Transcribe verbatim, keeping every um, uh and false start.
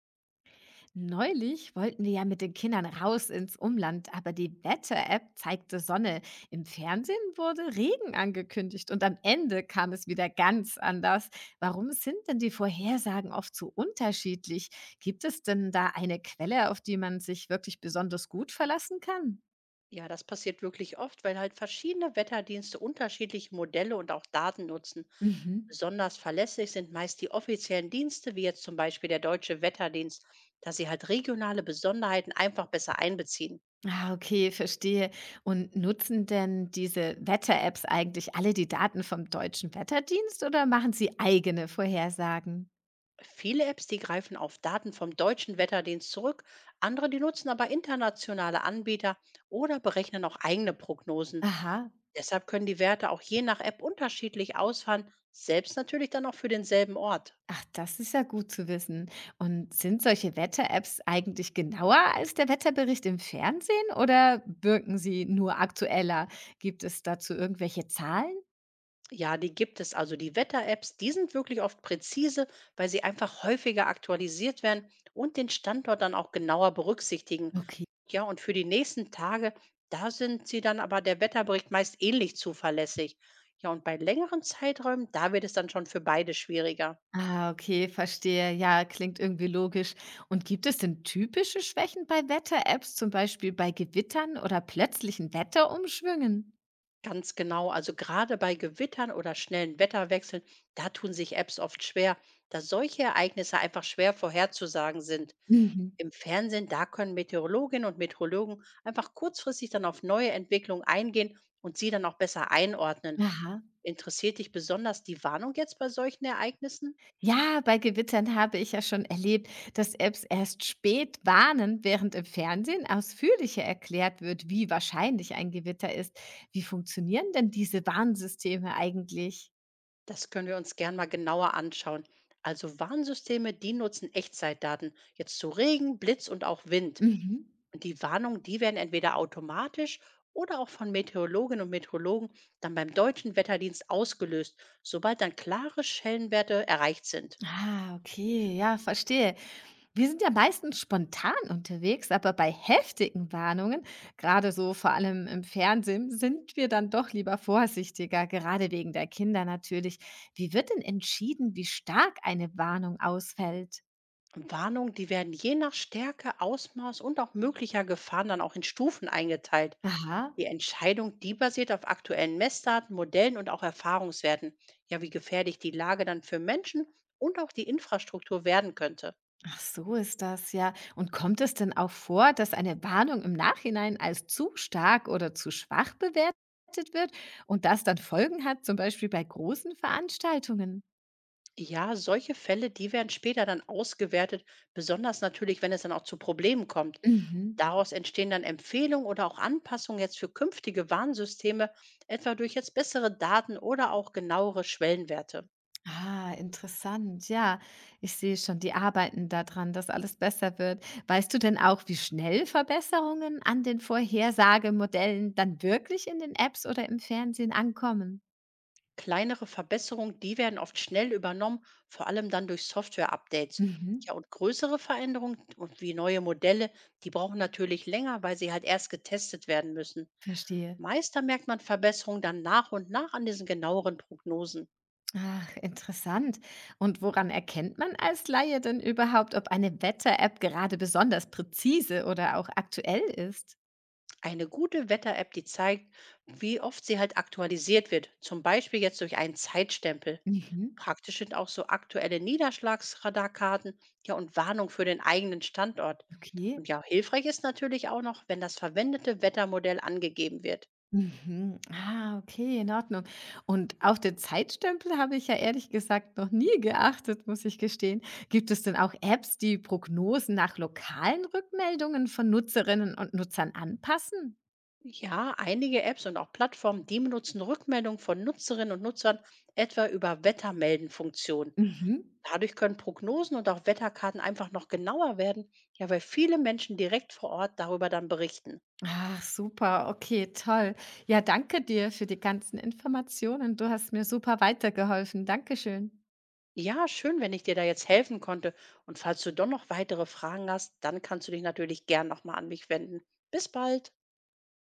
Neulich wollten wir ja mit den Kindern raus ins Umland, aber die Wetter-App zeigte Sonne. Im Fernsehen wurde Regen angekündigt und am Ende kam es wieder ganz anders. Warum sind denn die Vorhersagen oft so unterschiedlich? Gibt es denn da eine Quelle, auf die man sich wirklich besonders gut verlassen kann? Ja, das passiert wirklich oft, weil halt verschiedene Wetterdienste unterschiedliche Modelle und auch Daten nutzen. Mhm. Besonders verlässlich sind meist die offiziellen Dienste, wie jetzt zum Beispiel der Deutsche Wetterdienst, da sie halt regionale Besonderheiten einfach besser einbeziehen. Ah, okay, verstehe. Und nutzen denn diese Wetter-Apps eigentlich alle die Daten vom Deutschen Wetterdienst oder machen sie eigene Vorhersagen? Viele Apps, die greifen auf Daten vom Deutschen Wetterdienst zurück, andere, die nutzen aber internationale Anbieter oder berechnen auch eigene Prognosen. Aha. Deshalb können die Werte auch je nach App unterschiedlich ausfallen, selbst natürlich dann auch für denselben Ort. Ach, das ist ja gut zu wissen. Und sind solche Wetter-Apps eigentlich genauer als der Wetterbericht im Fernsehen oder wirken sie nur aktueller? Gibt es dazu irgendwelche Zahlen? Ja, die gibt es. Also die Wetter-Apps, die sind wirklich oft präzise, weil sie einfach häufiger aktualisiert werden und den Standort dann auch genauer berücksichtigen. Okay. Ja, und für die nächsten Tage, da sind sie dann aber der Wetterbericht meist ähnlich zuverlässig. Ja, und bei längeren Zeiträumen, da wird es dann schon für beide schwieriger. Ah, okay, verstehe. Ja, klingt irgendwie logisch. Und gibt es denn typische Schwächen bei Wetter-Apps, zum Beispiel bei Gewittern oder plötzlichen Wetterumschwüngen? Ganz genau. Also gerade bei Gewittern oder schnellen Wetterwechseln, da tun sich Apps oft schwer, da solche Ereignisse einfach schwer vorherzusagen sind. Mhm. Im Fernsehen, da können Meteorologinnen und Meteorologen einfach kurzfristig dann auf neue Entwicklungen eingehen und sie dann auch besser einordnen. Aha. Interessiert dich besonders die Warnung jetzt bei solchen Ereignissen? Ja, bei Gewittern habe ich ja schon erlebt, dass Apps erst spät warnen, während im Fernsehen ausführlicher erklärt wird, wie wahrscheinlich ein Gewitter ist. Wie funktionieren denn diese Warnsysteme eigentlich? Das können wir uns gern mal genauer anschauen. Also Warnsysteme, die nutzen Echtzeitdaten, jetzt zu Regen, Blitz und auch Wind. Mhm. Und die Warnungen, die werden entweder automatisch oder auch von Meteorologinnen und Meteorologen dann beim deutschen Wetterdienst ausgelöst, sobald dann klare Schwellenwerte erreicht sind. Ah, okay, ja, verstehe. Wir sind ja meistens spontan unterwegs, aber bei heftigen Warnungen, gerade so vor allem im Fernsehen, sind wir dann doch lieber vorsichtiger, gerade wegen der Kinder natürlich. Wie wird denn entschieden, wie stark eine Warnung ausfällt? Warnungen, die werden je nach Stärke, Ausmaß und auch möglicher Gefahren dann auch in Stufen eingeteilt. Aha. Die Entscheidung, die basiert auf aktuellen Messdaten, Modellen und auch Erfahrungswerten. Ja, wie gefährlich die Lage dann für Menschen und auch die Infrastruktur werden könnte. Ach, so ist das, ja. Und kommt es denn auch vor, dass eine Warnung im Nachhinein als zu stark oder zu schwach bewertet wird und das dann Folgen hat, zum Beispiel bei großen Veranstaltungen? Ja, solche Fälle, die werden später dann ausgewertet, besonders natürlich, wenn es dann auch zu Problemen kommt. Mhm. Daraus entstehen dann Empfehlungen oder auch Anpassungen jetzt für künftige Warnsysteme, etwa durch jetzt bessere Daten oder auch genauere Schwellenwerte. Ah, interessant. Ja, ich sehe schon, die arbeiten daran, dass alles besser wird. Weißt du denn auch, wie schnell Verbesserungen an den Vorhersagemodellen dann wirklich in den Apps oder im Fernsehen ankommen? Kleinere Verbesserungen, die werden oft schnell übernommen, vor allem dann durch Software-Updates. Mhm. Ja, und größere Veränderungen und wie neue Modelle, die brauchen natürlich länger, weil sie halt erst getestet werden müssen. Verstehe. Meist da merkt man Verbesserungen dann nach und nach an diesen genaueren Prognosen. Ach, interessant. Und woran erkennt man als Laie denn überhaupt, ob eine Wetter-App gerade besonders präzise oder auch aktuell ist? Eine gute Wetter-App, die zeigt, wie oft sie halt aktualisiert wird, zum Beispiel jetzt durch einen Zeitstempel. Mhm. Praktisch sind auch so aktuelle Niederschlagsradarkarten, ja, und Warnung für den eigenen Standort. Okay. Und ja, hilfreich ist natürlich auch noch, wenn das verwendete Wettermodell angegeben wird. Mhm. Ah, okay, in Ordnung. Und auf den Zeitstempel habe ich ja ehrlich gesagt noch nie geachtet, muss ich gestehen. Gibt es denn auch Apps, die Prognosen nach lokalen Rückmeldungen von Nutzerinnen und Nutzern anpassen? Ja, einige Apps und auch Plattformen, die benutzen Rückmeldungen von Nutzerinnen und Nutzern etwa über Wettermelden-Funktionen. Mhm. Dadurch können Prognosen und auch Wetterkarten einfach noch genauer werden, ja, weil viele Menschen direkt vor Ort darüber dann berichten. Ach, super. Okay, toll. Ja, danke dir für die ganzen Informationen. Du hast mir super weitergeholfen. Dankeschön. Ja, schön, wenn ich dir da jetzt helfen konnte. Und falls du doch noch weitere Fragen hast, dann kannst du dich natürlich gern nochmal an mich wenden. Bis bald.